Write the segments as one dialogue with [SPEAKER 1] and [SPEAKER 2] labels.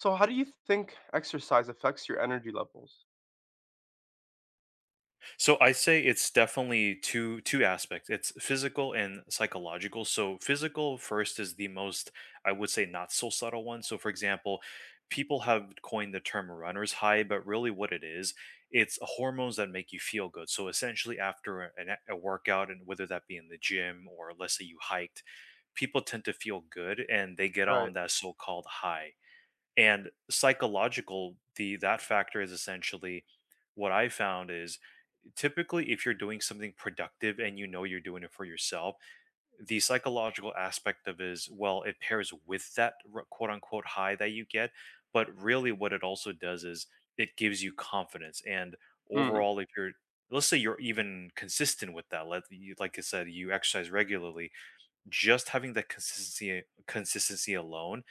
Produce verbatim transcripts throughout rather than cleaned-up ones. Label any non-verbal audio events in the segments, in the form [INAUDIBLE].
[SPEAKER 1] So, how do you think exercise affects your energy levels?
[SPEAKER 2] So I say it's definitely two two aspects. It's physical and psychological. So physical first is the most, I would say, not so subtle one. So for example, people have coined the term runner's high, but really what it is, it's hormones that make you feel good. So essentially after an, a a workout, and whether that be in the gym or let's say you hiked, people tend to feel good and they get on
[SPEAKER 1] Right.
[SPEAKER 2] that so-called high. And psychological, the that factor is essentially what I found is, typically if you're doing something productive and you know you're doing it for yourself, the psychological aspect of is, well, it pairs with that r- quote unquote high that you get, but really what it also does is it gives you confidence. And
[SPEAKER 1] Mm.
[SPEAKER 2] overall if you're, let's say you're even consistent with that, let, you, like I said, you exercise regularly, just having that consistency consistency alone,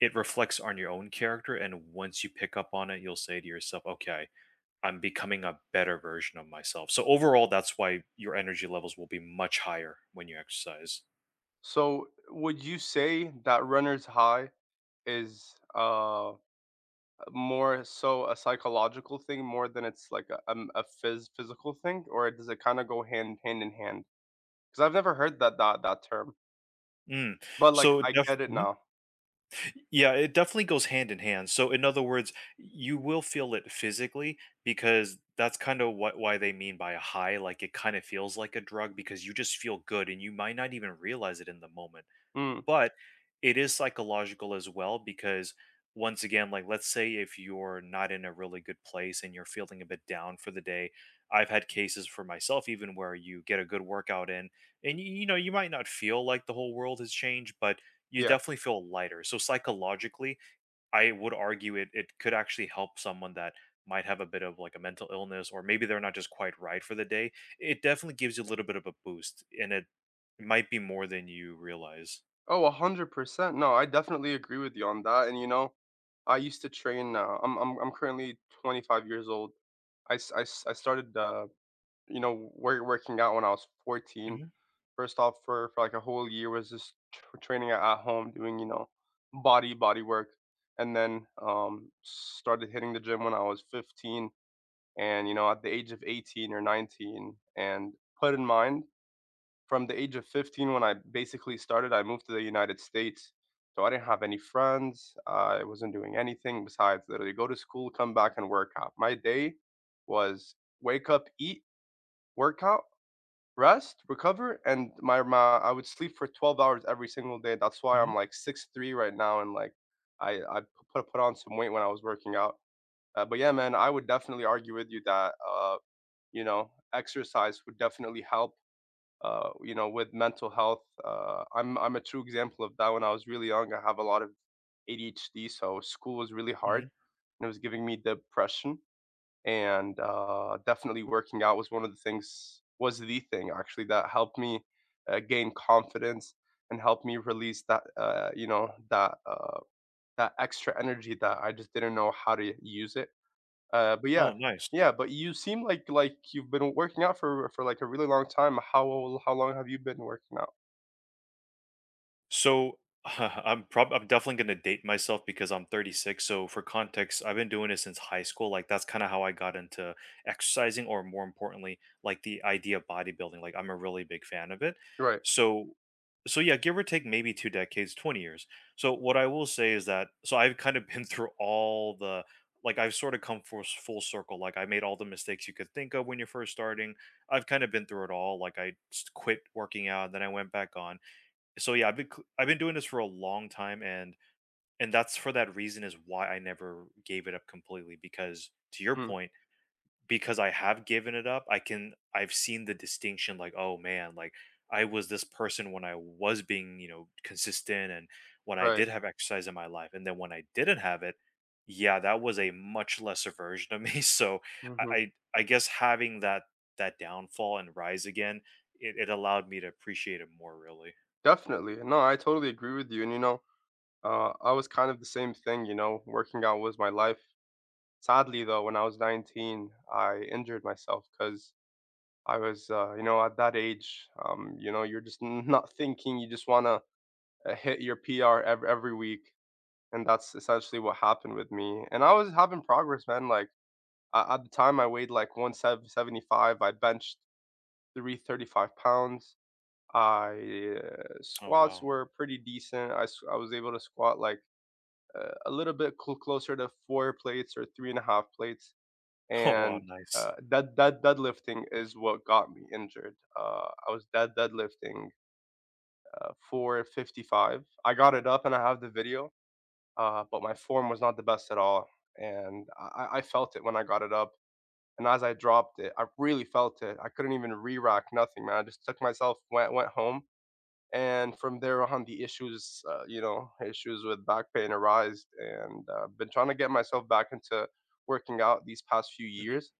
[SPEAKER 2] it reflects on your own character. And once you pick up on it, you'll say to yourself, okay, I'm becoming a better version of myself. So overall, that's why your energy levels will be much higher when you exercise.
[SPEAKER 1] So, would you say that runner's high is uh more so a psychological thing more than it's like a um, a phys physical thing, or does it kind of go hand hand in hand? Because I've never heard that that that term,
[SPEAKER 2] Mm.
[SPEAKER 1] but like
[SPEAKER 2] So
[SPEAKER 1] I
[SPEAKER 2] def-
[SPEAKER 1] get it
[SPEAKER 2] mhm.
[SPEAKER 1] now.
[SPEAKER 2] Yeah, it definitely goes hand in hand. So, in other words, you will feel it physically because that's kind of what why they mean by a high. Like, it kind of feels like a drug because you just feel good and you might not even realize it in the moment.
[SPEAKER 1] Mm,
[SPEAKER 2] But it is psychological as well because, once again, like, let's say if you're not in a really good place and you're feeling a bit down for the day, I've had cases for myself even where you get a good workout in and you, you know you might not feel like the whole world has changed, but you
[SPEAKER 1] yeah.
[SPEAKER 2] definitely feel lighter. So psychologically, I would argue it it could actually help someone that might have a bit of, like, a mental illness, or maybe they're not just quite right for the day. It definitely gives you a little bit of a boost and it might be more than you realize.
[SPEAKER 1] Oh, a hundred percent. No, I definitely agree with you on that. And you know, I used to train. Uh, I'm I'm I'm currently twenty-five years old. I s- I s- I started. Uh, you know, wor- working out when I was fourteen.
[SPEAKER 2] Hmm.
[SPEAKER 1] First off, for, for like a whole year was just tr- training at at home, doing you know, body body work, and then um, started hitting the gym when I was fifteen, and you know, at the age of eighteen or nineteen. And put in mind, from the age of fifteen when I basically started, I moved to the United States, so I didn't have any friends. I wasn't doing anything besides literally go to school, come back, and work out. My day was wake up, eat, workout, rest, recover, and my my I would sleep for twelve hours every single day. That's why
[SPEAKER 2] Hmm.
[SPEAKER 1] I'm like six three right now and like I I p- put put on some weight when I was working out. Uh, but yeah, man, I would definitely argue with you that uh, you know, exercise would definitely help uh, you know, with mental health. Uh, I'm I'm a true example of that. When I was really young, I have a lot of A D H D, so school was really hard
[SPEAKER 2] Hmm.
[SPEAKER 1] and it was giving me depression and uh, definitely working out was one of the things was the thing actually that helped me uh, gain confidence and helped me release that uh, you know that uh, that extra energy that I just didn't know how to use it. Uh, but yeah,
[SPEAKER 2] Oh, nice.
[SPEAKER 1] yeah. But you seem like like you've been working out for for like a really long time. How how long have you been working out?
[SPEAKER 2] So [LAUGHS] I'm prob I'm definitely going to date myself because I'm thirty-six. So for context, I've been doing it since high school. Like, that's kind of how I got into exercising, or more importantly, like, the idea of bodybuilding. Like, I'm a really big fan of it.
[SPEAKER 1] Right.
[SPEAKER 2] So so yeah, give or take maybe two decades, twenty years. So what I will say is that, so I've kind of [LAUGHS] been through all the like, I've sort of come full, full circle. Like, I made all the mistakes you could think of when you're first starting. I've kind of been through it all. Like, I s- quit working out, then I went back on. So yeah, I've been cl- I've been doing this for a long time, and and that's for that reason is why I never gave it up completely. Because to your
[SPEAKER 1] Mm,
[SPEAKER 2] point, because I have given it up, I can I've seen the distinction. Like, oh man, like, I was this person when I was being, you know, consistent, and when I
[SPEAKER 1] right.
[SPEAKER 2] did have exercise in my life, and then when I didn't have it, yeah, that was a much lesser version of me. [LAUGHS] So I
[SPEAKER 1] Hmm.
[SPEAKER 2] I, I guess having that that downfall and rise again, it, it allowed me to appreciate it more. Really.
[SPEAKER 1] Definitely. No, I totally agree with you. And you know, uh, I was kind of the same thing. You know, working out was my life. Sadly, though, when I was nineteen, I injured myself because I was, uh, you know, at that age, um, you know, you're just [LAUGHS] n- not thinking. You just want to uh, hit your P R every, every week. And that's essentially what happened with me. And I was having progress, man. Like I, at the time, I weighed like one hundred seventy-five. I benched three hundred thirty-five pounds. I uh,
[SPEAKER 2] Oh
[SPEAKER 1] squats
[SPEAKER 2] wow.
[SPEAKER 1] were pretty decent. I, s- I was able to squat like uh, a little bit cl- closer to four plates or three and a half plates,
[SPEAKER 2] [LAUGHS] Oh, wow,
[SPEAKER 1] and
[SPEAKER 2] nice.
[SPEAKER 1] uh, that that deadlifting is what got me injured. Uh, I was dead deadlifting uh, four fifty-five. I got it up and I have the video, uh, but my form was not the best at all, and I, I felt it when I got it up. And as I dropped it, I really felt it. I couldn't even re-rack nothing, man. I just took myself, went went home, and from there on, the issues, uh, you know, issues with back pain arised, and uh, been trying to get myself back into working out these past few
[SPEAKER 2] Mhm,
[SPEAKER 1] years.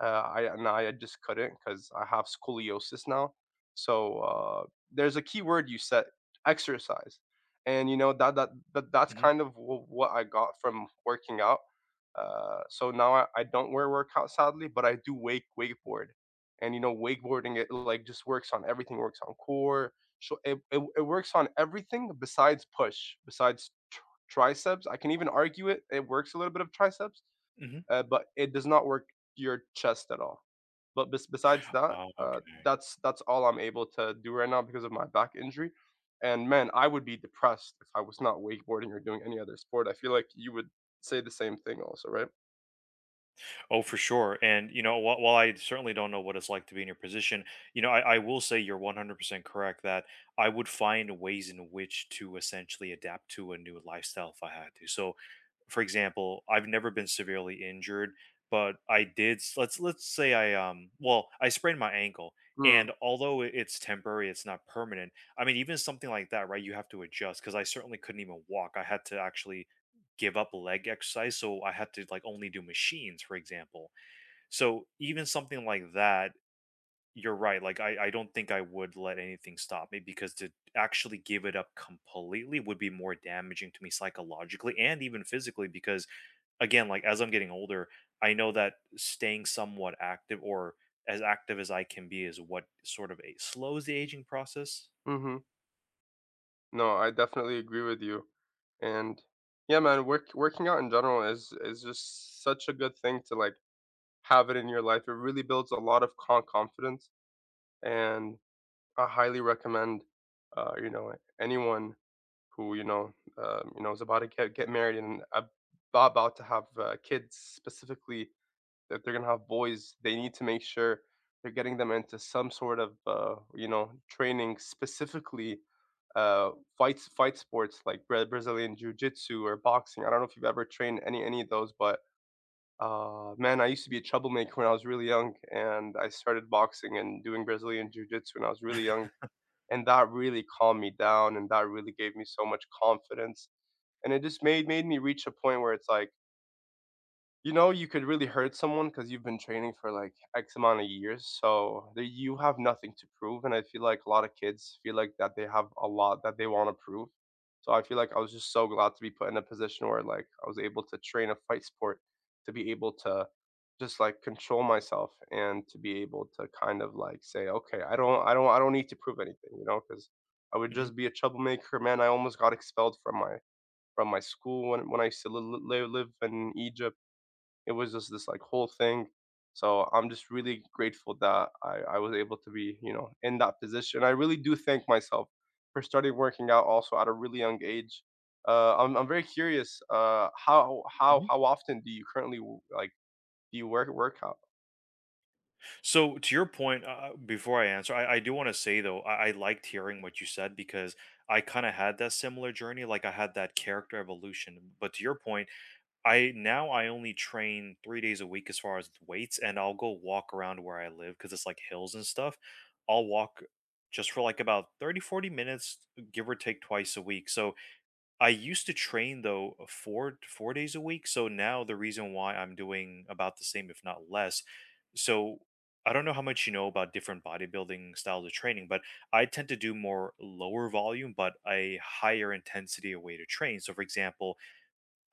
[SPEAKER 1] uh, I and I just couldn't because I have scoliosis now. So uh, there's a key word you said, exercise, and you know that that, that that's
[SPEAKER 2] mhm,
[SPEAKER 1] kind of wh- what I got from working out. Uh, so now, I, I don't wear workout sadly, but I do wake wakeboard, and you know wakeboarding, it like just works on everything. Works on core. So it, it it works on everything besides push, besides tr- triceps. I can even argue it. It works a little bit of triceps
[SPEAKER 2] mhm.
[SPEAKER 1] uh, but it does not work your chest at all. But bes- besides that,
[SPEAKER 2] Oh,
[SPEAKER 1] uh,
[SPEAKER 2] okay.
[SPEAKER 1] that's that's all I'm able to do right now because of my back injury. And man, I would be depressed if I was not wakeboarding or doing any other sport. I feel like you would say the same thing also, right?
[SPEAKER 2] Oh, for sure, and, you know, while while I certainly don't know what it's like to be in your position, you know, I I will say you're one hundred percent correct that I would find ways in which to essentially adapt to a new lifestyle if I had to. So, for example, I've never been severely injured, but I did s- let's let's say I, um well, I sprained my ankle,
[SPEAKER 1] Mm,
[SPEAKER 2] and although it- it's temporary, it's not permanent. I mean, even something like that, right? You have to adjust because I certainly couldn't even walk. I had to actually give up leg exercise, so I had to, like, only do machines, for example. So even something like that, you're right. Like, I, I don't think I would let anything stop me because to actually give it up completely would be more damaging to me psychologically and even physically because, again, like, as I'm getting older, I know that staying somewhat active, or as active as I can be, is what sort of, a, slows the aging process.
[SPEAKER 1] mm-hmm. No, I definitely agree with you. And yeah, man, work, working out in general is is just such a good thing to like have it in your life. It really builds a lot of con- confidence, and I highly recommend, uh, you know, anyone who you know, um, you know, is about to get get married and ab- about to have uh, kids, specifically that they're gonna have boys, they need to make sure they're getting them into some sort of, uh, you know, training specifically uh, fights fight sports like Bra- Brazilian jiu-jitsu or boxing. I don't know if you've ever trained any any of those, but uh, man, I used to be a troublemaker when I was really young, and I started boxing and doing Brazilian jiu-jitsu when I was really young, and that really calmed me down and that really gave me so much confidence, and it just made made me reach a point where it's like you know, you could really hurt someone because you've been training for like X amount of years. So there, you have nothing to prove. And I feel like a lot of kids feel like that they have a lot that they want to prove. So I feel like I was just so glad to be put in a position where like I was able to train a fight sport to be able to just like control myself and to be able to kind of like say, okay, I don't, I don't, I don't need to prove anything, you know, because I would
[SPEAKER 2] Hmm.
[SPEAKER 1] just be a troublemaker. Man, I almost got expelled from my from my school when when I used to li- li- live in Egypt. It was just this, like, whole thing. So I'm just really grateful that I I was able to be, you know, in that position. I really do thank myself for starting working out also at a really young age. Uh, I'm I'm very curious, uh, how how
[SPEAKER 2] Hmm.
[SPEAKER 1] how often do you currently, w like, do you work work out?
[SPEAKER 2] So, to your point, uh, before I answer, I, I do want to say though, I, I liked hearing what you said because I kind of had that similar journey. Like, I had that character evolution. But to your point, I now I only train three days a week as far as weights, and I'll go walk around where I live because it's, like, hills and stuff. I'll walk just for, like, about thirty forty minutes, give or take twice a week. So, I used to train, though, four four days a week, so now the reason why I'm doing about the same, if not less. So, I don't know how much you know about different bodybuilding styles of training, but I tend to do more lower volume, but a higher intensity of way to train. So, for example,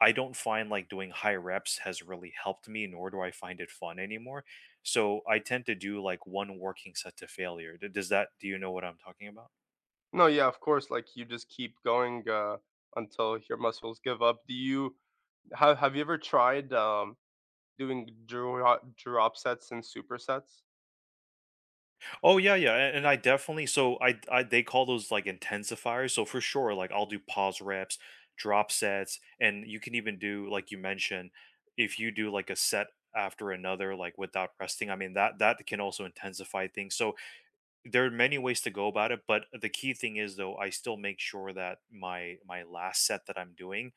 [SPEAKER 2] I don't find, like, doing high reps has really helped me, nor do I find it fun anymore. So I tend to do, like, one working set to failure. D- Does that, do you know what I'm talking about?
[SPEAKER 1] No, yeah, of course, like, you just keep going, uh, until your muscles give up. Do you have have you ever tried, um, doing drop drop sets and supersets?
[SPEAKER 2] Oh yeah, yeah, a- and I definitely, so I I they call those like intensifiers. So for sure, like, I'll do pause reps, drop sets, and you can even do, like you mentioned, if you do like a set after another, like without resting. I mean that that can also intensify things. So there are many ways to go about it, but the key thing is, though, I still make sure that my my last set that I'm doing,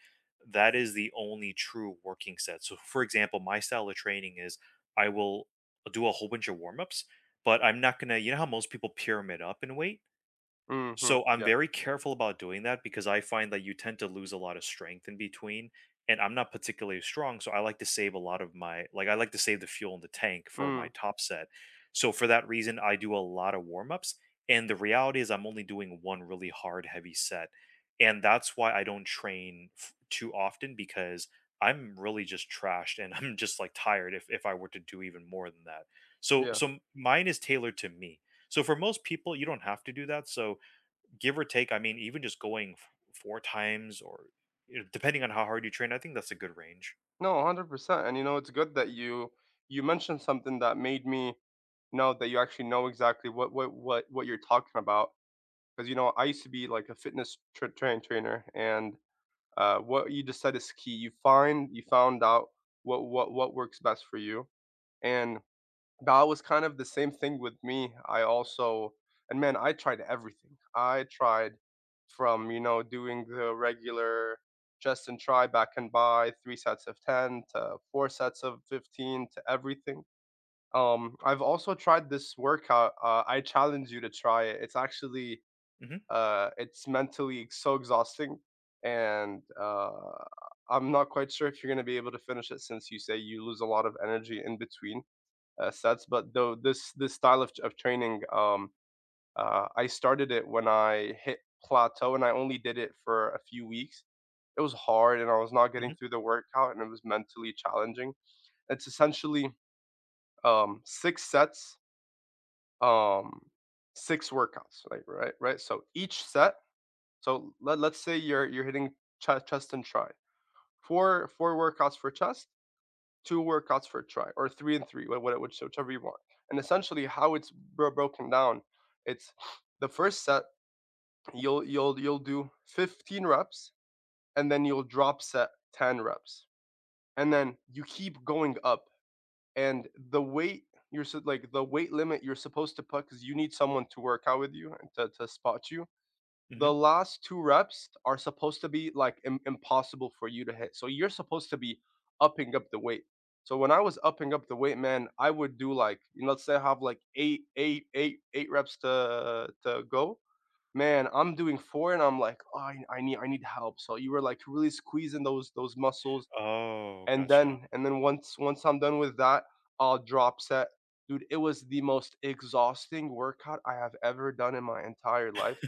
[SPEAKER 2] that is the only true working set. So for example, my style of training is, I will do a whole bunch of warm-ups, but I'm not gonna, you know how most people pyramid up in weight,
[SPEAKER 1] Mhm,
[SPEAKER 2] so I'm
[SPEAKER 1] yeah.
[SPEAKER 2] very careful about doing that because I find that you tend to lose a lot of strength in between. And I'm not particularly strong, so I like to save a lot of my, like, I like to save the fuel in the tank for my
[SPEAKER 1] Mm,
[SPEAKER 2] top set. So for that reason, I do a lot of warm-ups. And the reality is I'm only doing one really hard heavy set. And that's why I don't train f- too often because I'm really just trashed and [LAUGHS] I'm just, like, tired if if I were to do even more than that. So
[SPEAKER 1] yeah.
[SPEAKER 2] so mine is tailored to me. So for most people, you don't have to do that. So give or take, I mean, even just going f- four times or, you know, depending on how hard you train, I think that's a good range.
[SPEAKER 1] No, one hundred percent. And you know, it's good that you you mentioned something that made me know that you actually know exactly what what what what you're talking about. Because you know, I used to be like a fitness tra- train trainer, and uh, what you just said is key. You find you found out what what what works best for you, and that was kind of the same thing with me. I also, and man, I tried everything. I tried from, you know, doing the regular chest and try, back and buy, three sets of ten to four sets of fifteen to everything. Um, I've also tried this workout. Uh, I challenge you to try it. It's actually
[SPEAKER 2] Hmm.
[SPEAKER 1] uh, it's mentally so exhausting, and uh, I'm not quite sure if you're gonna be able to finish it since you say you lose a lot of energy in between uh, sets. But though this this style of of training, um, uh, I started it when I hit plateau, and I only did it for a few weeks. It was hard, and I was not getting
[SPEAKER 2] Hmm.
[SPEAKER 1] through the workout, and it was mentally challenging. It's essentially um, six sets, um, six workouts, right? Right? Right? So each set. So let, let's say you're you're hitting ch- chest and try, four four workouts for chest, two workouts for a try, or three and three, what, what, which, whichever you want. And essentially, how it's bro- broken down, it's the first set you'll you'll you'll do fifteen reps, and then you'll drop set ten reps, and then you keep going up. And the weight you're su- like the weight limit you're supposed to put, because you need someone to work out with you and to, to spot you,
[SPEAKER 2] Hmm.
[SPEAKER 1] the last two reps are supposed to be, like, im impossible for you to hit, so you're supposed to be upping up the weight. So when I was upping up the weight, man, I would do, like, you know, let's say I have, like, eight, eight, eight, eight reps to to go. Man, I'm doing four and I'm like, "Oh, I I need I need help." So you were, like, really squeezing those those muscles,
[SPEAKER 2] Oh,
[SPEAKER 1] and
[SPEAKER 2] gotcha.
[SPEAKER 1] then and then once once I'm done with that, I'll drop set. Dude, it was the most exhausting workout I have ever done in my entire life.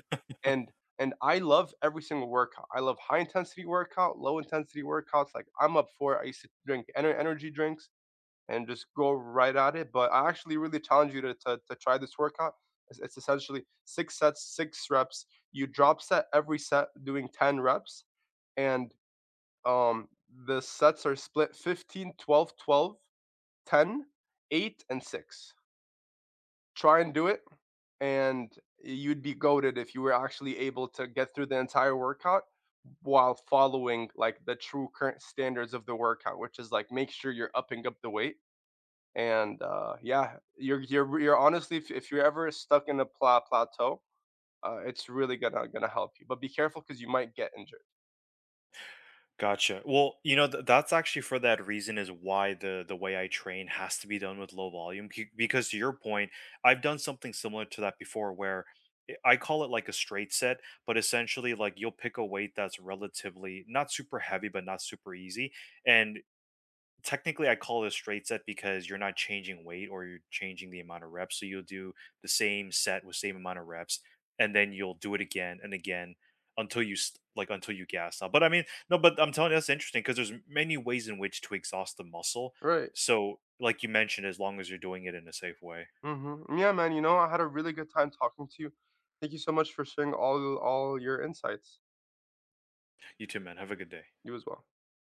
[SPEAKER 1] And and I love every single workout. I love high intensity workout, low intensity workouts. Like I'm up for it. I used to drink ener- energy drinks and just go right at it. But I actually really challenge you to, to, to try this workout. It's, it's essentially six sets, six reps. You drop set every set doing ten reps. And um, the sets are split fifteen, twelve, twelve, ten, eight, and six. Try and do it, and you'd be goaded if you were actually able to get through the entire workout while following like the true current standards of the workout, which is like make sure you're upping up the weight. And uh, yeah, you're you're you're honestly, if, if you're ever stuck in a pla- plateau, uh, it's really gonna gonna help you. But be careful because you might get injured.
[SPEAKER 2] Gotcha. Well, you know, th- that's actually for that reason is why the the way I train has to be done with low volume c- because to your point, I've done something similar to that before where i I call it, like, a straight set, but essentially, like, you'll pick a weight that's relatively not super heavy but not super easy, and technically I call it a straight set because you're not changing weight or you're changing the amount of reps. So you'll do the same set with same amount of reps, and then you'll do it again and again until you st- like, until you gas out. But I mean, no, but I'm telling you, that's interesting because there's many ways in which to exhaust the muscle.
[SPEAKER 1] Right.
[SPEAKER 2] So like you mentioned, as long as you're doing it in a safe way.
[SPEAKER 1] Mhm. Yeah, man, you know, I had a really good time talking to you. Thank you so much for sharing all all your insights.
[SPEAKER 2] You too, man. Have a good day.
[SPEAKER 1] You as well.